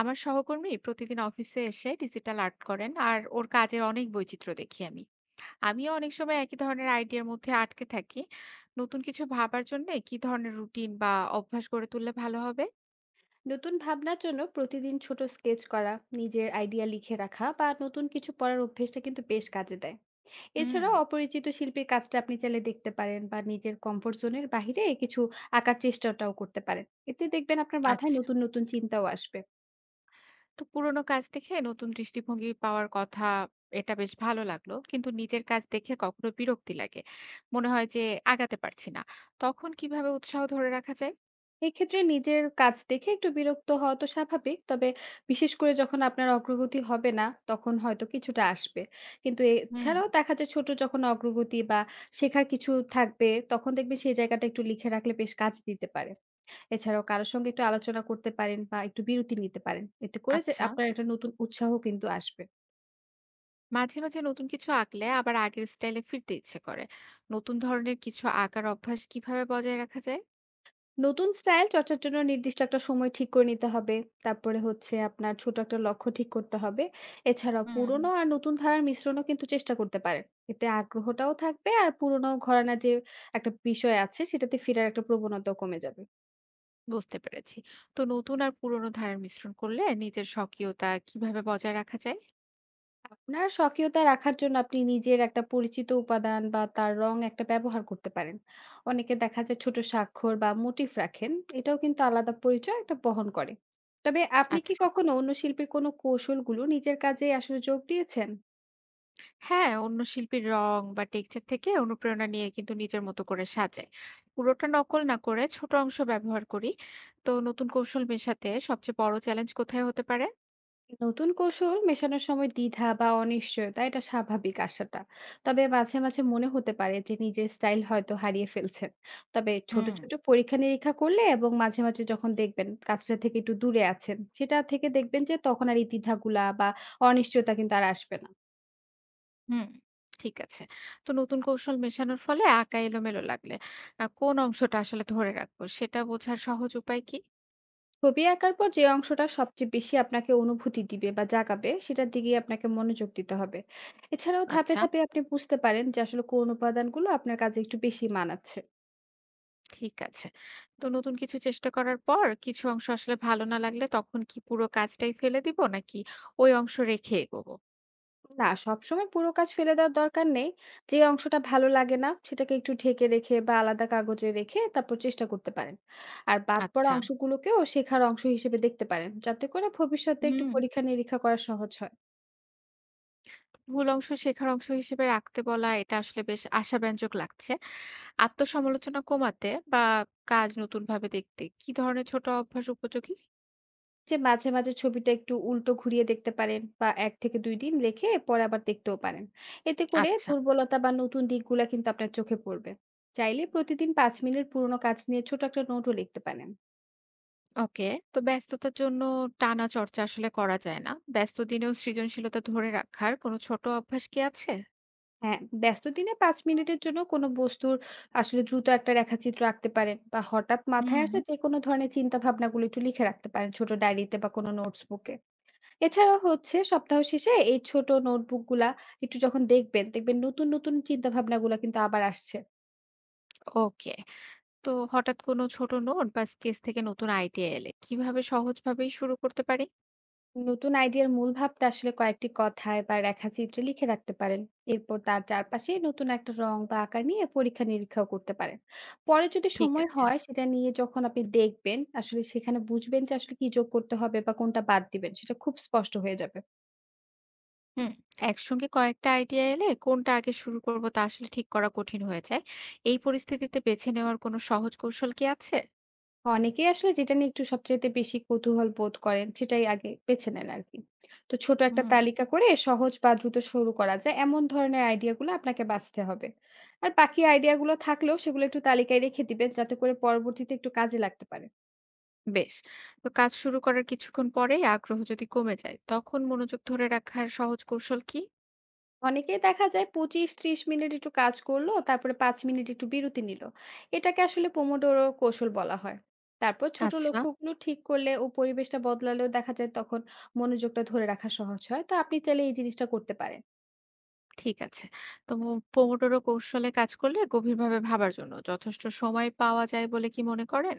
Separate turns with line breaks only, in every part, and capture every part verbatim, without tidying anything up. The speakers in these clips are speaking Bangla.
আমার সহকর্মী প্রতিদিন অফিসে এসে ডিজিটাল আর্ট করেন আর ওর কাজের অনেক বৈচিত্র্য দেখি আমি। আমিও অনেক সময় একই ধরনের আইডিয়ার মধ্যে আটকে থাকি। নতুন কিছু ভাবার জন্য কি ধরনের রুটিন বা অভ্যাস গড়ে তুললে ভালো হবে?
নতুন ভাবনার জন্য প্রতিদিন ছোট স্কেচ করা, নিজের আইডিয়া লিখে রাখা বা নতুন কিছু পড়ার অভ্যেসটা কিন্তু বেশ কাজে দেয়।
হুম।
এছাড়াও অপরিচিত শিল্পীর কাজটা আপনি চাইলে দেখতে পারেন বা নিজের কমফোর্ট জোনের বাহিরে কিছু আঁকার চেষ্টাটাও করতে পারেন। এতে দেখবেন আপনার মাথায়
আচ্ছা,
নতুন নতুন চিন্তাও আসবে।
তো পুরোনো কাজ দেখে নতুন দৃষ্টিভঙ্গি পাওয়ার কথা এটা বেশ ভালো লাগলো, কিন্তু নিজের কাজ দেখে কখনো বিরক্তি লাগে, মনে হয় যে আগাতে পারছি না। তখন কিভাবে উৎসাহ ধরে রাখা যায়?
এক্ষেত্রে নিজের কাজ দেখে একটু বিরক্ত হওয়া তো স্বাভাবিক। তবে বিশেষ করে যখন আপনার অগ্রগতি হবে না, তখন হয়তো কিছুটা আসবে। কিন্তু
হুম।
এছাড়াও দেখা যায় ছোট যখন অগ্রগতি বা শেখার কিছু থাকবে, তখন দেখবেন সেই জায়গাটা একটু লিখে রাখলে বেশ কাজে দিতে পারে। এছাড়াও কারো সঙ্গে একটু আলোচনা করতে পারেন বা একটু বিরতি নিতে পারেন। এতে করে যে
আচ্ছা,
আপনার একটা নতুন উৎসাহ কিন্তু আসবে।
মাঝে, মাঝে নতুন কিছু আঁকলে আবার আগের স্টাইলে ফিরতে ইচ্ছে করে। নতুন ধরনের কিছু আঁকার অভ্যাস কিভাবে বজায় রাখা যায়?
নতুন স্টাইল চর্চার জন্য নির্দিষ্ট একটা সময় ঠিক করে নিতে হবে। তারপরে হচ্ছে আপনার ছোট একটা লক্ষ্য ঠিক করতে হবে। এছাড়াও
হুম।
পুরোনো আর নতুন ধারার মিশ্রণও কিন্তু চেষ্টা করতে পারেন। এতে আগ্রহটাও থাকবে আর পুরোনো ঘরানার যে একটা বিষয় আছে সেটাতে ফেরার একটা প্রবণতাও কমে যাবে।
বুঝতে পেরেছি। তো নতুন আর পুরোনো ধারার মিশ্রণ করলে নিজের স্বকীয়তা কিভাবে বজায় রাখা যায়?
আপনার স্বকীয়তা রাখার জন্য আপনি নিজের একটা পরিচিত উপাদান বা তার রং একটা ব্যবহার করতে পারেন। অনেকে দেখা যায় ছোট স্বাক্ষর বা মোটিফ রাখেন। এটাও কিন্তু আলাদা পরিচয় একটা বহন করে। তবে আপনি কি
আচ্ছা।
কখনো অন্য শিল্পীর কোনো কৌশলগুলো নিজের কাজে আসলে যোগ দিয়েছেন?
হ্যাঁ, অন্য শিল্পীর রং বা টেক্সচার থেকে অনুপ্রেরণা নিয়ে কিন্তু নিজের মতো করে সাজাই। পুরোটা নকল না করে ছোট অংশ ব্যবহার করি। তো নতুন কৌশল মেশাতে সবচেয়ে বড় চ্যালেঞ্জ কোথায় হতে পারে?
নতুন কৌশল মেশানোর সময় দ্বিধা বা অনিশ্চয়তা এটা স্বাভাবিক আশাটা। তবে মাঝে মাঝে মনে হতে পারে যে নিজের স্টাইল হয়তো হারিয়ে ফেলছেন। তবে ছোট
হুম।
ছোট পরীক্ষা নিরীক্ষা করলে এবং মাঝে মাঝে যখন দেখবেন কাজটা থেকে একটু দূরে আছেন সেটা থেকে দেখবেন যে তখন আর এই দ্বিধাগুলা বা অনিশ্চয়তা কিন্তু আর আসবে না।
হুম, ঠিক আছে। তো নতুন কৌশল মেশানোর ফলে আঁকা এলোমেলো লাগলে আ কোন অংশটা আসলে ধরে রাখবো সেটা বোঝার সহজ উপায় কি?
ছবি আঁকার পর যে অংশটা সবচেয়ে বেশি আপনাকে অনুভূতি দিবে বা জাগাবে সেটার দিকেই আপনাকে মনোযোগ দিতে হবে। এছাড়াও ধাপে
আচ্ছা,
ধাপে আপনি বুঝতে পারেন যে আসলে কোন উপাদানগুলো আপনার কাছে একটু বেশি মানাচ্ছে।
ঠিক আছে। তো নতুন কিছু চেষ্টা করার পর কিছু অংশ আসলে ভালো না লাগলে তখন কি পুরো কাজটাই ফেলে দিব নাকি ওই অংশ রেখে এগোবো?
না, সবসময় পুরো কাজ ফেলে দেওয়ার দরকার নেই। যে অংশটা ভালো লাগে না সেটাকে একটু ঢেকে রেখে বা আলাদা কাগজে রেখে তারপর চেষ্টা করতে পারেন। আর বাদ পড়া
আচ্ছা,
অংশগুলোকেও শেখার অংশ হিসেবে দেখতে পারেন যাতে করে ভবিষ্যতে একটু
হুম।
পরীক্ষা নিরীক্ষা করা সহজ হয়।
ভুল অংশ শেখার অংশ হিসেবে রাখতে বলা এটা আসলে বেশ আশাব্যঞ্জক লাগছে। আত্মসমালোচনা কমাতে বা কাজ নতুনভাবে দেখতে কি ধরনের ছোট অভ্যাস উপযোগী?
যে মাঝে মাঝে ছবিটা একটু উল্টো ঘুরিয়ে দেখতে পারেন বা এক থেকে দুই দিন রেখে পরে আবার দেখতেও পারেন। এতে করে
আচ্ছা।
দুর্বলতা বা নতুন দিকগুলা কিন্তু আপনার চোখে পড়বে। চাইলে প্রতিদিন পাঁচ মিনিট পুরোনো কাজ নিয়ে ছোট একটা নোটও লিখতে পারেন।
ওকে। তো ব্যস্ততার জন্য টানা চর্চা আসলে করা যায় না। ব্যস্ত দিনেও সৃজনশীলতা ধরে রাখার কোনো ছোট অভ্যাস কি আছে?
হ্যাঁ, ব্যস্ত দিনে পাঁচ মিনিটের জন্য কোনো বস্তুর আসলে দ্রুত একটা রেখাচিত্র আঁকতে পারেন বা হঠাৎ মাথায়
হুম।
আসা যেকোনো ধরনের চিন্তা ভাবনাগুলো একটু লিখে রাখতে পারেন ছোট ডায়েরিতে বা কোনো নোটস বুকে। এছাড়াও হচ্ছে সপ্তাহ শেষে এই ছোট নোটবুক গুলা একটু যখন দেখবেন, দেখবেন নতুন, নতুন চিন্তা ভাবনাগুলা কিন্তু আবার আসছে।
ওকে। তো হঠাৎ কোনো ছোট নোট বা স্কেচ থেকে নতুন আইডিয়া এলে কিভাবে সহজভাবেই শুরু করতে পারি?
নতুন আইডিয়ার মূল ভাবটা আসলে কয়েকটি কথায় বা রেখাচিত্রে লিখে রাখতে পারেন। এরপর তার চারপাশে নতুন একটা রং বা আকার নিয়ে পরীক্ষা নিরীক্ষাও করতে পারেন। পরে যদি
ঠিক
সময়
আছে।
হয় সেটা নিয়ে যখন আপনি দেখবেন আসলে সেখানে বুঝবেন যে আসলে কি যোগ করতে হবে বা কোনটা বাদ দিবেন সেটা খুব স্পষ্ট হয়ে যাবে।
হুম। একসঙ্গে কয়েকটা আইডিয়া এলে কোনটা আগে শুরু করব তা আসলে ঠিক করা কঠিন হয়ে যায়। এই পরিস্থিতিতে বেছে নেওয়ার কোনো সহজ কৌশল কি আছে?
অনেকেই আসলে যেটা নিয়ে একটু সবচাইতে বেশি কৌতূহল বোধ করেন সেটাই আগে বেছে নেন আর কি। তো ছোট একটা
হুম।
তালিকা করে সহজ বা দ্রুত শুরু করা যায় এমন ধরনের আইডিয়াগুলো আপনাকে বাছতে হবে। আর বাকি আইডিয়াগুলো থাকলেও সেগুলো একটু তালিকায় রেখে দিবেন যাতে করে পরবর্তীতে একটু কাজে লাগতে পারে।
বেশ। তো কাজ শুরু করার কিছুক্ষণ পরেই আগ্রহ যদি কমে যায়, তখন মনোযোগ ধরে রাখার সহজ কৌশল কি?
অনেকেই দেখা যায় পঁচিশ থেকে ত্রিশ মিনিট একটু কাজ করলো, তারপরে পাঁচ মিনিট একটু বিরতি নিলো। এটাকে আসলে পোমোডোরো কৌশল বলা হয়। তারপর ছোট
আচ্ছা,
লক্ষ্যগুলো ঠিক করলে ও পরিবেশটা বদলালেও দেখা যায় তখন মনোযোগটা ধরে রাখা সহজ হয়। তো আপনি চাইলে এই জিনিসটা করতে পারেন।
ঠিক আছে। তো পোমোডোরো কৌশলে কাজ করলে গভীরভাবে ভাবার জন্য যথেষ্ট সময় পাওয়া যায় বলে কি মনে করেন?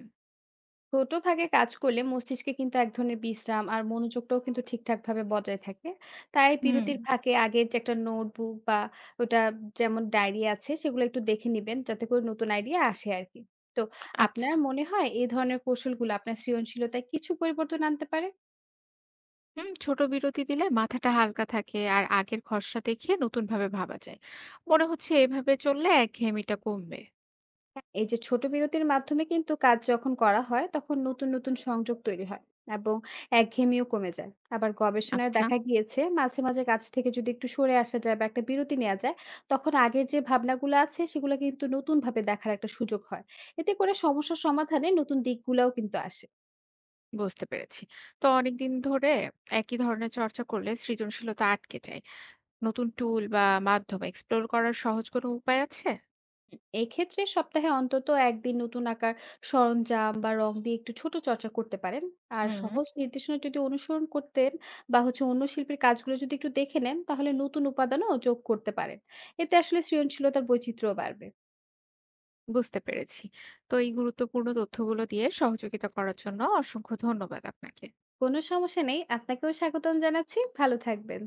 ছোট ভাগে কাজ করলে মস্তিষ্কে কিন্তু এক ধরনের বিশ্রাম আর মনোযোগটাও কিন্তু ঠিকঠাক ভাবে বজায় থাকে। তাই
হুম।
বিরতির ফাঁকে আগের যে একটা নোটবুক বা ওটা, যেমন ডায়েরি আছে সেগুলো একটু দেখে নিবেন যাতে করে নতুন আইডিয়া আসে আর কি। তো
আচ্ছা।
আপনার মনে হয় এই ধরনের কৌশলগুলো আপনার সৃজনশীলতায় কিছু পরিবর্তন আনতে পারে?
হুম, ছোট বিরতি দিলে মাথাটা হালকা থাকে আর আগের খসড়া দেখিয়ে নতুনভাবে ভাবা যায়। মনে হচ্ছে এভাবে চললে একঘেয়েমিটা কমবে।
এই যে ছোট বিরতির মাধ্যমে কিন্তু কাজ যখন করা হয় তখন নতুন নতুন সংযোগ তৈরি হয় এবং একঘেয়েমিও কমে যায়। আবার গবেষণায়
আচ্ছা,
দেখা গিয়েছে মাঝে মাঝে কাজ থেকে যদি একটু সরে আসা যায় বা একটা বিরতি নেওয়া যায় তখন আগের যে ভাবনাগুলো আছে সেগুলো কিন্তু নতুন ভাবে দেখার একটা সুযোগ হয়। এতে করে সমস্যার সমাধানে নতুন দিকগুলোও কিন্তু আসে।
বুঝতে পেরেছি। তো অনেকদিন ধরে একই ধরনের চর্চা করলে সৃজনশীলতা আটকে যায়। নতুন টুল বা মাধ্যম এক্সপ্লোর করার সহজ কোনো উপায় আছে?
এক্ষেত্রে সপ্তাহে অন্তত একদিন নতুন আঁকার সরঞ্জাম বা রং দিয়ে একটু ছোট চর্চা করতে পারেন। আর
হুম।
সহজ নির্দেশনা যদি অনুসরণ করতেন বা হচ্ছে অন্য শিল্পীর কাজগুলো যদি একটু দেখে নেন তাহলে নতুন উপাদানও যোগ করতে পারেন। এতে আসলে সৃজনশীলতার বৈচিত্র্য বাড়বে।
বুঝতে পেরেছি। তো এই গুরুত্বপূর্ণ তথ্যগুলো দিয়ে সহযোগিতা করার জন্য অসংখ্য ধন্যবাদ আপনাকে।
কোনো সমস্যা নেই, আপনাকেও স্বাগতম জানাচ্ছি, ভালো থাকবেন।